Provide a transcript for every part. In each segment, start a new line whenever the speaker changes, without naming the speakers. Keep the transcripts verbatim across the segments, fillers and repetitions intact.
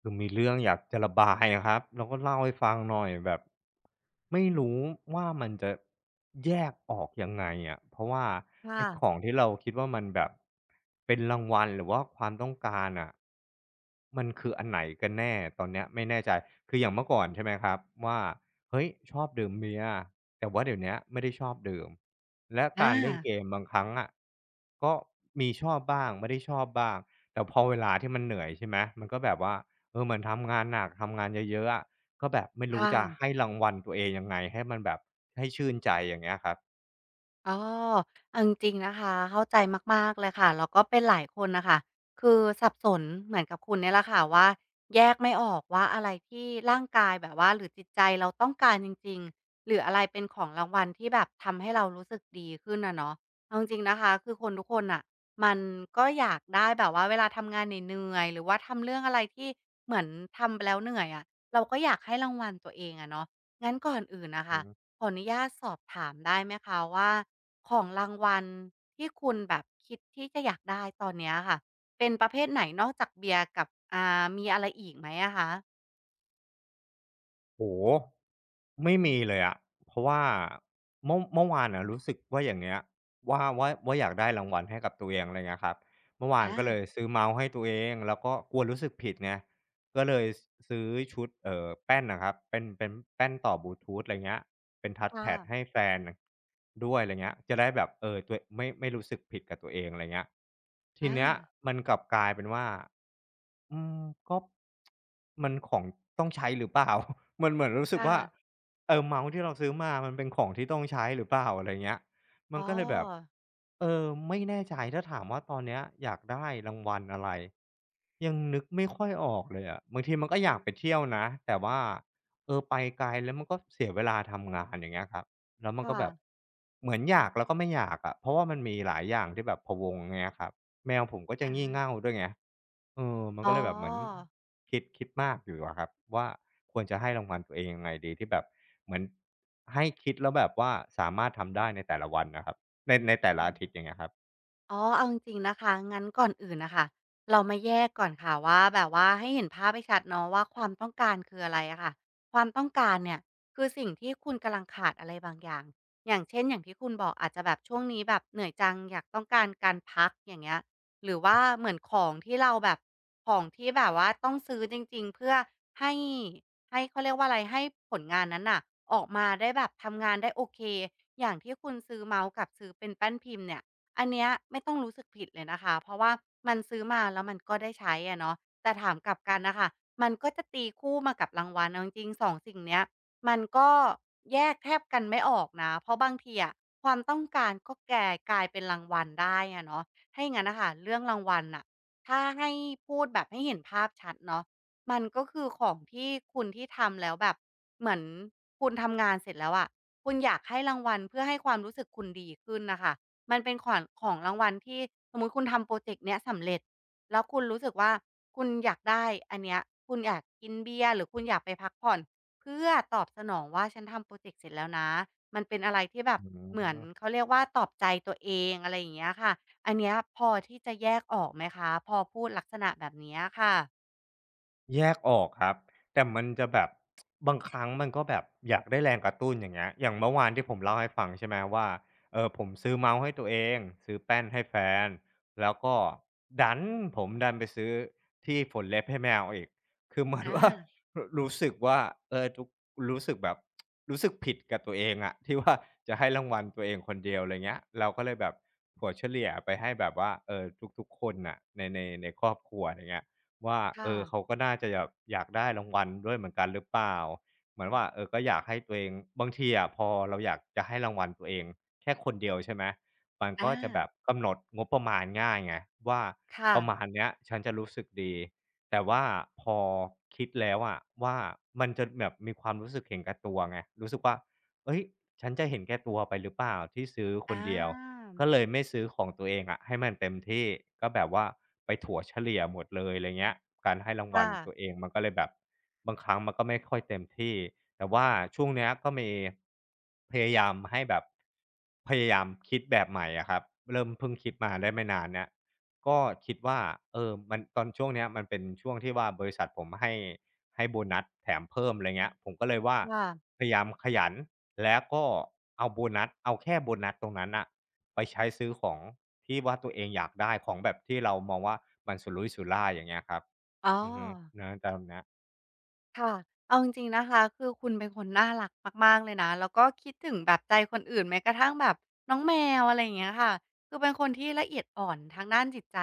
คือมีเรื่องอยากจะระบายอะครับแล้วก็เล่าให้ฟังหน่อยแบบไม่รู้ว่ามันจะแยกออกยังไงอะเพราะว่า
ค่ะ
ไอ้ของที่เราคิดว่ามันแบบเป็นรางวัลหรือว่าความต้องการอะมันคืออันไหนกันแน่ตอนเนี้ยไม่แน่ใจคืออย่างเมื่อก่อนใช่ไหมครับว่าเฮ้ยชอบดื่มเบียร์แต่ว่าเดี๋ยวเนี้ยไม่ได้ชอบดื่มและ
อา
การเล่นเกมบางครั้งอะก็มีชอบบ้างไม่ได้ชอบบ้างแต่พอเวลาที่มันเหนื่อยใช่ไหมมันก็แบบว่า เออเหมือนทำงานหนักทำงานเยอะๆอะก็แบบไม่รู้จะ
ค่ะ
ให้รางวัลตัวเองยังไงให้มันแบบให้ชื่นใจอย่างเงี้ยครับ
อ๋อเอาจริงๆนะคะเข้าใจมากๆเลยค่ะแล้วก็เป็นหลายคนน่ะค่ะคือสับสนเหมือนกับคุณเนี่ยแหละค่ะว่าแยกไม่ออกว่าอะไรที่ร่างกายแบบว่าหรือจิตใจเราต้องการจริงๆหรืออะไรเป็นของรางวัลที่แบบทำให้เรารู้สึกดีขึ้นอะเนาะเอาจริงๆนะคะคือคนทุกคนน่ะมันก็อยากได้แบบว่าเวลาทำงานเหนื่อยๆหรือว่าทำเรื่องอะไรที่เหมือนทำไปแล้วเหนื่อยอะเราก็อยากให้รางวัลตัวเองอะเนาะงั้นก่อนอื่นน่ะ
อื
ค่ะ
อฮึ
ขออนุญาตสอบถามได้ไหมคะว่าของรางวัลที่คุณแบบคิดที่จะอยากได้ตอนเนี้ยค่ะเป็นประเภทไหนนอกจากเบียร์กับอ่ามีอะไรอีกไหมอะคะ
โอ้โฮไม่มีเลยอะเพราะว่าเมื่อเมื่อวานน่ะรู้สึกว่าอย่างเงี้ยว่าว่าว่าอยากได้รางวัลให้กับตัวเองอะไรเงี้ยครับเมื่อวาน
อา
ก็เลยซื้อเมาส์ให้ตัวเองแล้วก็กลัวรู้สึกผิดไง ก็เลยซื้อชุดเอ่อแป้นน่ะครับเป็นเป็นแป้นต่อบลูทูธอะไรเงี้ยเป็นทัชแพดให้
ค่ะ
แฟนด้วยอะไรเงี้ยจะได้แบบเออตัวไม่ไม่รู้สึกผิดกับตัวเองอะไรเงี้ยทีเนี้ย
อา
มันกลับกลายเป็นว่าอืมก็มันของต้องใช้หรือเปล่า มันเหมือนรู้สึกว่า
ค่ะ
เออเมาส์ที่เราซื้อมามันเป็นของที่ต้องใช้หรือเปล่าอะไรเงี้ย
อ๋
มั
อ
นก็เลยแบบเออไม่แน่ใจถ้าถามว่าตอนเนี้ยอยากได้รางวัลอะไร ยังนึกไม่ค่อยออกเลยอะบางทีมันก็อยากไปเที่ยวนะแต่ว่าเออไปไกลแล้วมันก็เสียเวลาทำงานอย่างเงี้ยครับแล้วมันก็แบบ
ค่ะ
เหมือนอยากแล้วก็ไม่อยากอะเพราะว่ามันมีหลายอย่างที่แบบพะวงเงี้ยครับแมวผมก็จะ
อา
งี่เง่าด้วยไงเออมัน
อ๋อ
ก็เลยแบบเหมือนคิดคิดมากอยู่อะครับว่าควรจะให้รางวัลตัวเองยังไงดีที่แบบเหมือนให้คิดแล้วแบบว่าสามารถทำได้ในแต่ละวันน่ะครับในในแต่ละ
ค่ะ
อาทิตย์อย่างเงี้ยครับ
อ๋อเอาจริงๆนะคะ งั้นก่อนอื่นนะคะ เรามาแยกก่อนค่ะว่าแบบว่าให้เห็นภาพให้ชัดเนาะว่าความต้องการคืออะไรอะค่ะ ความต้องการเนี่ยคือสิ่งที่คุณกำลังขาดอะไรบางอย่างอย่างเช่นอย่างที่คุณบอกอาจจะแบบช่วงนี้แบบเหนื่อยจังอยากต้องการการพักอย่างเงี้ยหรือว่าเหมือนของที่เราแบบของที่แบบว่าต้องซื้อจริงๆเพื่อให้ให้เขาเรียกว่าอะไรให้ผลงานนั้นน่ะออกมาได้แบบทำงานได้โอเคอย่างที่คุณซื้อเมาส์กับซื้อเป็นแป้นพิมพ์เนี่ย อันเนี้ยไม่ต้องรู้สึกผิดเลยนะคะเพราะว่ามันซื้อมาแล้วมันก็ได้ใช้อะเนาะแต่ถามกลับกันน่ะค่ะมันก็จะตีคู่มากับรางวัลเอาจริงๆสองสิ่งเนี้ยมันก็แยกแทบกันไม่ออกนะเพราะบางทีอะความต้องการก็แก่กลายเป็นรางวัลได้อะเนาะถ้าอย่างงั้นน่ะค่ะเรื่องรางวัลน่ะถ้าให้พูดแบบให้เห็นภาพชัดเนาะมันก็คือของที่คุณที่ทำแล้วแบบเหมือนคุณทำงานเสร็จแล้วอะคุณอยากให้รางวัลเพื่อให้ความรู้สึกคุณดีขึ้นน่ะค่ะ มันเป็นขวัญของรางวัลที่สมมุติคุณทำพรอเจกต์เนี้ยสำเร็จแล้วคุณรู้สึกว่าคุณอยากได้อันเนี้ยคุณอยากกินเบียร์หรือคุณอยากไปพักผ่อนเพื่อตอบสนองว่าฉันทำพรอเจกต์เสร็จแล้วนะมันเป็นอะไรที่แบบ
อื
เหมือน
ม
เขาเรียกว่าตอบใจตัวเองอะไรอย่างเงี้ยค่ะอันเนี้ยพอที่จะแยกออกไหมคะพอพูดลักษณะแบบเนี้ยค่ะ
แยกออกครับแต่มันจะแบบ บางครั้งมันก็แบบอยากได้แรงกระตุ้นอย่างเงี้ยอย่างเมื่อวานที่ผมเล่าให้ฟังใช่ไหมว่าเออผมซื้อเมาส์ให้ตัวเองซื้อแป้นให้แฟนแล้วก็ดันผมดันไปซื้อที่ฝนเล็บให้แมวอีกคือเหมือน
อา
ว่า รู้สึกว่าเออทุกรู้สึกแบบ รู้สึกผิดกับตัวเองอะที่ว่าจะให้รางวัลตัวเองคนเดียวอะไรเงี้ยเราก็เลยแบบผัวเฉลี่ยไปให้แบบว่าเออทุกๆคนน่ะในในในครอบครัวอะไรเงี้ย ว่าเออเขา
ค่ะ
ก็น่าจะแบบอยากได้รางวัลด้วยเหมือนกันหรือเปล่าเหมือนว่าเออก็อยากให้ตัวเองบางทีอะพอเราอยากจะให้รางวัลตัวเองแค่คนเดียวใช่ไหมมันก็
อา
จะแบบกำหนดงบประมาณง่ายไงว่า
ค่ะ
ประมาณเนี้ยฉันจะรู้สึกดีแต่ว่าพอคิดแล้วอะว่ามันจะแบบมีความรู้สึกเห็นแก่ตัวไงรู้สึกว่าเฮ้ยฉันจะเห็นแก่ตัวไปหรือเปล่าที่ซื้อคน
อา
เดียว ก็เลยไม่ซื้อของตัวเองอะให้มันเต็มที่ก็แบบว่าไปถั่วเฉลี่ยหมดเลยอะไรเงี้ยการให้รางวั
ค่ะ
ลตัวเองมันก็เลยแบบบางครั้งมันก็ไม่ค่อยเต็มที่แต่ว่าช่วงเนี้ยก็มีพยายามให้แบบพยายามคิดแบบใหม่อะครับเริ่มเพิ่งคิดมาได้ไม่นานเนี่ยก็คิดว่าเออมันตอนช่วงเนี้ยมันเป็นช่วงที่ว่าบริษัทผมให้ให้โบนัสแถมเพิ่มอะไรเงี้ยผมก็เลยว่า
ค่ะ
พยายามขยันแล้วก็เอาโบนัสเอาแค่โบนัสตรงนั้นน่ะ ไปใช้ซื้อของที่ว่าตัวเองอยากได้ของแบบที่เรามองว่ามันสุรุ่ยสุร่ายอย่างเงี้ยครับ
อ๋อ
อือฮึนะตามนะ
ค่ะเอาจริงๆนะคะคือคุณเป็นคนน่ารักมากๆเลยนะแล้วก็คิดถึงแบบใจคนอื่นแม้กระทั่งแบบน้องแมวอะไรอย่างเงี้ยค่ะคือเป็นคนที่ละเอียดอ่อนทางด้านจิตใจ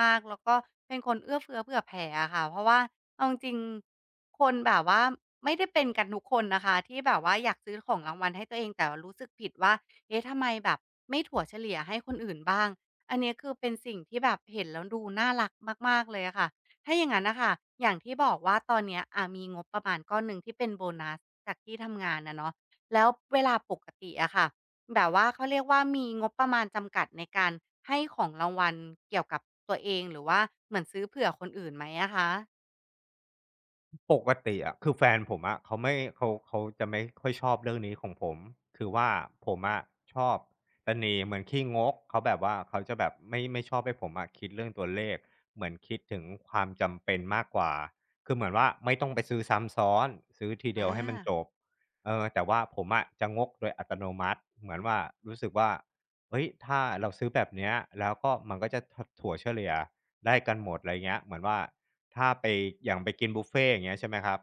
มากๆแล้วก็เป็นคนเอื้อเฟื้อเผื่อแผ่อะค่ะเพราะว่าเอาจริงๆคนแบบว่าไม่ได้เป็นกันทุกคนนะคะที่แบบว่าอยากซื้อของรางวัลให้ตัวเองแต่รู้สึกผิดว่าเอ๊ะทำไมแบบไม่ถั่วเฉลี่ยให้คนอื่นบ้างอันเนี้ยคือเป็นสิ่งที่แบบเห็นแล้วดูน่ารักมากๆเลยอะค่ะ ถ้าอย่างนั้นนะคะ อย่างที่บอกว่าตอนเนี้ยอ่ะมีงบประมาณก้อนหนึ่งที่เป็นโบนัสจากที่ทำงานนะเนาะแล้วเวลาปกติอะค่ะแบบว่าเขาเรียกว่ามีงบประมาณจำกัดในการให้ของรางวัลเกี่ยวกับตัวเองหรือว่าเหมือนซื้อเผื่อคนอื่นไหมอะคะ
ปกติอะคือแฟนผมอะเขาไม่เขาเขาจะไม่ค่อยชอบเรื่องนี้ของผมคือว่าผมอะชอบตะหนี่เหมือนขี้งกเขาแบบว่าเขาจะแบบไม่ไม่ชอบให้ผมอะคิดเรื่องตัวเลขเหมือนคิดถึงความจำเป็นมากกว่าคือเหมือนว่าไม่ต้องไปซื้อซ้ำซ้อนซื้อทีเดี
อ
ยวให้มันจ
า
บเออแต่ว่าผมอะจะงกโดยอัตโนมัติเหมือนว่ารู้สึกว่าเฮ้ยถ้าเราซื้อแบบเนี้ยแล้วก็มันก็จะถถั่วเฉลี่ย ได้กันหมดอะไรเงี้ยเหมือนว่าถ้าไปอย่างไปกินบุฟเฟต์อย่างเงี้ยใช่ไหมครับ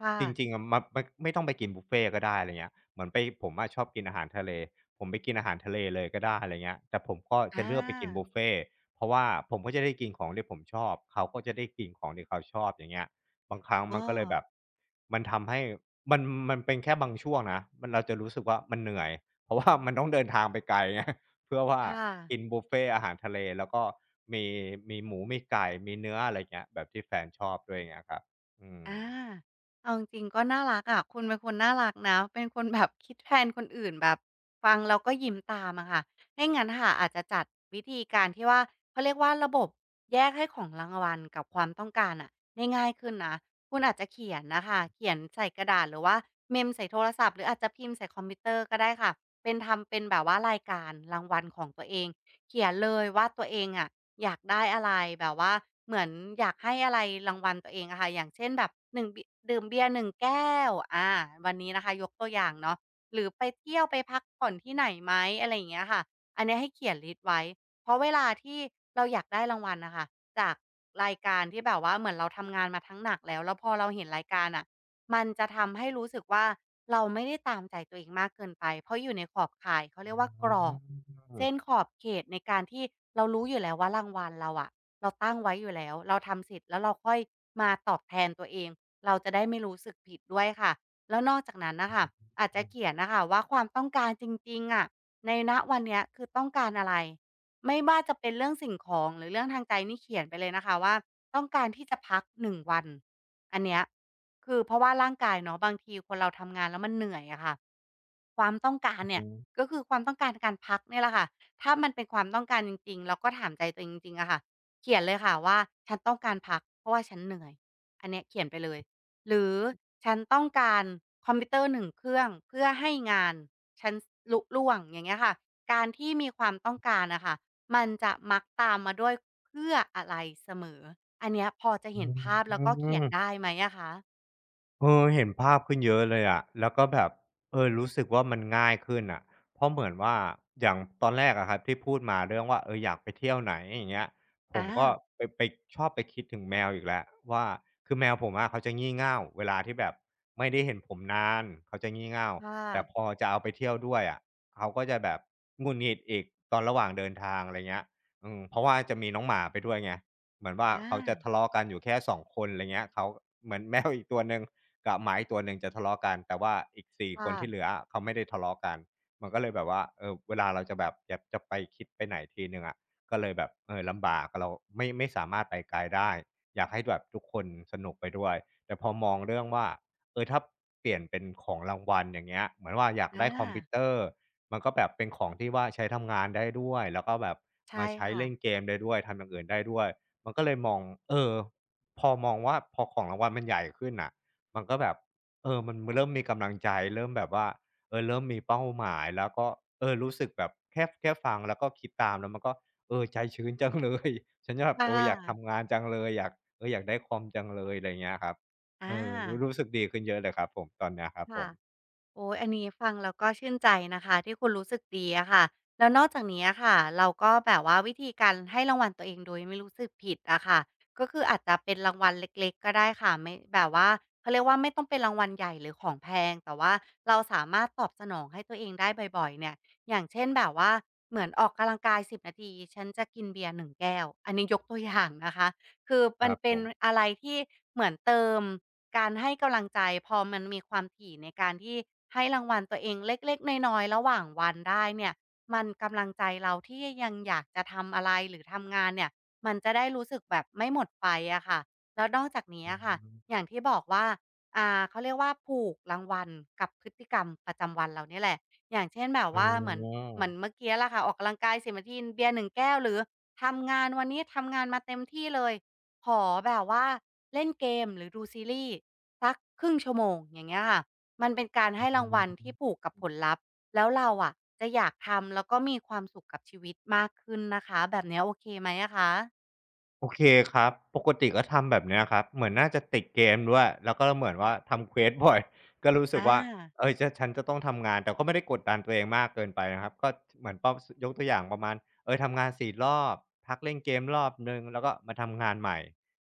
ค่ะ
จริงๆอะมันมันไม่ต้องไปกินบุฟเฟต์ก็ได้อะไรเงี้ยเหมือนไปผมอะชอบกินอาหารทะเลผมไปกินอาหารทะเลเลยก็ได้อะไรเงี้ยแต่ผมก็จะ
อา
เลือกไปกินบุฟเฟต์เพราะว่าผมก็จะได้กินของที่ผมชอบเขาก็จะได้กินของที่เขาชอบอย่างเงี้ยบางครั้ง
อ๋อ
มันก็เลยแบบมันทำให้มันมันเป็นแค่บางช่วงนะมันเราจะรู้สึกว่ามันเหนื่อยเพราะว่ามันต้องเดินทางไปไกล ไง เพื่อว่า
ค่ะ
กินบุฟเฟต์อาหารทะเลแล้วก็มีมีหมูมีไก่มีเนื้ออะไรเงี้ยแบบที่แฟนชอบด้วยอย่างเงี้ยครับอืม
อาเอาจริงๆก็น่ารักอะคุณเป็นคนน่ารักนะเป็นคนแบบคิดแทนคนอื่นแบบฟังแล้วก็ยิ้มตามอะค่ะไม่งั้นค่ะอาจจะจัดวิธีการที่ว่าเขาเรียกว่าระบบแยกให้ของรางวัลกับความต้องการน่ะได้ง่ายขึ้นนะคุณอาจจะเขียนน่ะค่ะเขียนใส่กระดาษหรือว่าเมมใส่โทรศัพท์หรืออาจจะพิมพ์ใส่คอมพิวเตอร์ก็ได้ค่ะเป็นทำเป็นแบบว่ารายการรางวัลของตัวเองเขียนเลยว่าตัวเองอะ อยากได้อะไรแบบว่าเหมือนอยากให้อะไรรางวัลตัวเองอะค่ะอย่างเช่นแบบหนึ่งบิดื่มเบียร์หนึ่งแก้วอาวันนี้นะคะยกตัวอย่างเนาะหรือไปเที่ยวไปพักผ่อนที่ไหนไหมอะไรอย่างเงี้ยค่ะอันเนี้ยให้เขียนลิสต์ไว้เพราะเวลาที่เราอยากได้รางวัลน่ะค่ะจากรายการที่แบบว่าเหมือนเราทำงานมาทั้งหนักแล้วแล้วพอเราเห็นรายการอะ มันจะทำให้รู้สึกว่าเราไม่ได้ตามใจตัวเองมากเกินไปเพราะอยู่ในขอบข่ายเขาเรียกว่า
อื
กรอบเส้น
ม
ขอบเขตในการที่เรารู้อยู่แล้วว่ารางวัลเราอะเราตั้งไว้อยู่แล้วเราทำเสร็จแล้วเราค่อยมาตอบแทนตัวเองเราจะได้ไม่รู้สึกผิดด้วยค่ะแล้วนอกจากนั้นน่ะค่ะอาจจะ
อือฮึ
เขียนน่ะค่ะว่าความต้องการจริงๆอะในณวันเนี้ยคือต้องการอะไรไม่ว่าจะเป็นเรื่องสิ่งของหรือเรื่องทางใจนี่เขียนไปเลยนะคะว่าต้องการที่จะพักหนึ่งวันอันเนี้ย คือเพราะว่าร่างกายเนาะบางทีคนเราทำงานแล้วมันเหนื่อยอะค่ะความต้องการเนี่ยก็คือความต้องการการพักเนี่ยแหละค่ะถ้ามันเป็นความต้องการจริงๆเราก็ถามใจตัวเองจริงๆอะค่ะเขียนเลยค่ะว่าฉันต้องการพักเพราะว่าฉันเหนื่อยอันเนี้ยเขียนไปเลยหรือฉันต้องการคอมพิวเตอร์หนึ่งเครื่องเพื่อให้งานฉันลุล่วงอย่างเงี้ยค่ะการที่มีความต้องการนะค่ะมันจะมักตามมาด้วยเพื่ออะไรเสมออันเนี้ยพอจะเห็นภาพ
อื
แล้วก็เขียน
อ
ได้ไหมอะคะ
เออเห็นภาพขึ้นเยอะเลยอะแล้วก็แบบเออรู้สึกว่ามันง่ายขึ้นอ่ะเพราะเหมือนว่าอย่างตอนแรกอะครับที่พูดมาเรื่องว่าเอออยากไปเที่ยวไหนอย่างเงี้ยผ
อา
มก็ไปไปชอบไปคิดถึงแมวอีกแล้วว่าคือแมวผมอะเขาจะงี่เง่าเวลาที่แบบไม่ได้เห็นผมนานเขาจะงี่เง่า
ค่ะ
แต่พอจะเอาไปเที่ยวด้วยอะเขาก็จะแบบหงุดหงิดอีกตอนระหว่างเดินทางอะไรเงี้ยอืมเพราะว่าจะมีน้องหมาไปด้วยไง เหมือนว่า
อ
เขาจะทะ
า
เลาะกันอยู่แค่สองคนอะไรเงี้ยเขาเหมือน แมวอีกตัวหนึ่งกับหมาอีกตัวหนึ่งจะทะเลาะกันแต่ว่าอีกสี่คนที่เหลื
ค่ะ
ออะเขาไม่ได้ทะเลาะกันมันก็เลยแบบว่าเออเวลาเราจะแบบอยากจะไปคิดไปไหนทีหนึ่งอะก็เลยแบบเออลำบากเราไม่ไม่สามารถไปไกลได้อยากให้แบบทุกคนสนุกไปด้วยแต่พอมองเรื่องว่าเออถ้าเปลี่ยนเป็นของรางวัลอย่างเงี้ยเหมือนว่าอยาก
อา
ได้คอมพิวเตอร์มันก็แบบเป็นของที่ว่าใช้ทำงานได้ด้วยแล้วก็แบบ
ใช่
มาใช้
ค่ะ
เล่นเกมได้ด้วยทำอย่างอื่นได้ด้วย มันก็เลยมองเออพอมองว่าพอของรางวัลมันใหญ่ขึ้นน่ะมันก็แบบเออมันเริ่มมีกำลังใจ เริ่มแบบว่าเออเริ่มมีเป้าหมาย แล้วก็เออรู้สึกแบบแค่แค่ฟังแล้วก็คิดตามแล้วมันก็เออใจชื้นจังเลย ฉันจะแบบ
ค่
เอออยากทำ
ะ
งานจังเลยอยากเอออยากได้คอมจังเลยอะไรเงี้ยครับเอ
อา
อรู้รู้สึกดีขึ้นเยอะเลยครับผมตอนเนี้ยครับผ
ค่ะ
ม
โอ้ยอันนี้ฟังแล้วก็ชื่นใจนะคะที่คุณรู้สึกดีอะค่ะแล้วนอกจากนี้อะค่ะเราก็แบบว่าวิธีการให้รางวัลตัวเองโดยไม่รู้สึกผิดอะค่ะก็คืออาจจะเป็นรางวัลเล็กๆก็ได้ค่ะไม่แบบว่าเขาเรียกว่าไม่ต้องเป็นรางวัลใหญ่หรือของแพงแต่ว่าเราสามารถตอบสนองให้ตัวเองได้บ่อยๆเนี่ยอย่างเช่นแบบว่าเหมือนออกกำลังกายสิบนาทีฉันจะกินเบียร์หนึ่งแก้วอันนี้ยกตัวอย่างนะคะคือ
ค
มั
รั
น
บผ
เป็น
ม
อะไรที่เหมือนเติม การให้กำลังใจพอมันมีความถี่ในการที่ให้รางวัลตัวเองเล็กๆน้อยๆระหว่างวันได้เนี่ยมันกำลังใจเราที่ยังอยากจะทำอะไรหรือทำงานเนี่ยมันจะได้รู้สึกแบบไม่หมดไฟอะค่ะแล้วนอกจากนี้
อื
อะค่ะ
ม
อย่างที่บอกว่าอ่าเขาเรียกว่าผูกรางวัลกับพฤติกรรมประจำวันเราเนี่ยแหละอย่างเช่นแบบ
อ๋
ว่าเหมือน
อ
เหมือนเมื่อกี้ล่ะค่ะออกกำลังกายสิบนาทีเบียร์หนึ่งแก้วหรือทำงานวันนี้ทำงานมาเต็มที่เลย ขอแบบว่าเล่นเกมหรือดูซีรีส์สักครึ่งชั่วโมงอย่างเงี้ยค่ะมันเป็นการให้รางวั
อื
ลที่
ม
ผูกกับผลลัพธ์แล้วเราอะจะอยากทำแล้วก็มีความสุขกับชีวิตมากขึ้นนะคะแบบเนี้ยโอเคไหมอะคะ
โอเคครับ ปกติก็ทำแบบเนี้ยครับเหมือนน่าจะติดเกมด้วยแล้วก็เหมือนว่าทำเควสบ่อย ก็รู้
อ
สึกว่า
า
เออจะฉันจะต้องทำงานแต่ก็ไม่ได้กดดันตัวเองมากเกินไปนะครับก็เหมือนเป้าสยกตัวอย่างประมาณเออทำงานสี่รอบพักเล่นเกมรอบหนึ่งแล้วก็มาทำงานใหม่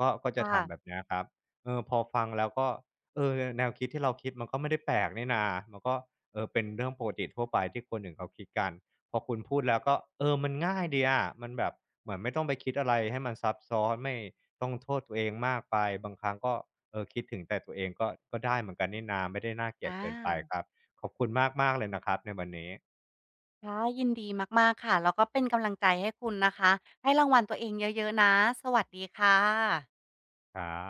ก็ก็จะทำแบ
ค่ะ
บเนี้ยครับเออพอฟังแล้วก็เออแนวคิดที่เราคิดมันก็ไม่ได้แปลกนี่นามันก็เออเป็นเรื่องปกติทั่วไปที่คนอื่นเขาคิดกัน พอคุณพูดแล้วก็เออมันง่ายดีอะมันแบบเหมือนไม่ต้องไปคิดอะไรให้มันซับซ้อนไม่ต้องโทษตัวเองมากไปบางครั้งก็เออคิดถึงแต่ตัวเองก็ก็ได้เหมือนกันนี่นาไม่ได้น่าเกลี
อ
ยดเกินไป
า
ครับขอบคุณมากๆเลยนะครับในวันนี้
ค่ะยินดีมากๆค่ะแล้วก็เป็นกำลังใจให้คุณนะคะให้รางวัลตัวเองเยอะๆนะสวัสดีค่ะ
ครับ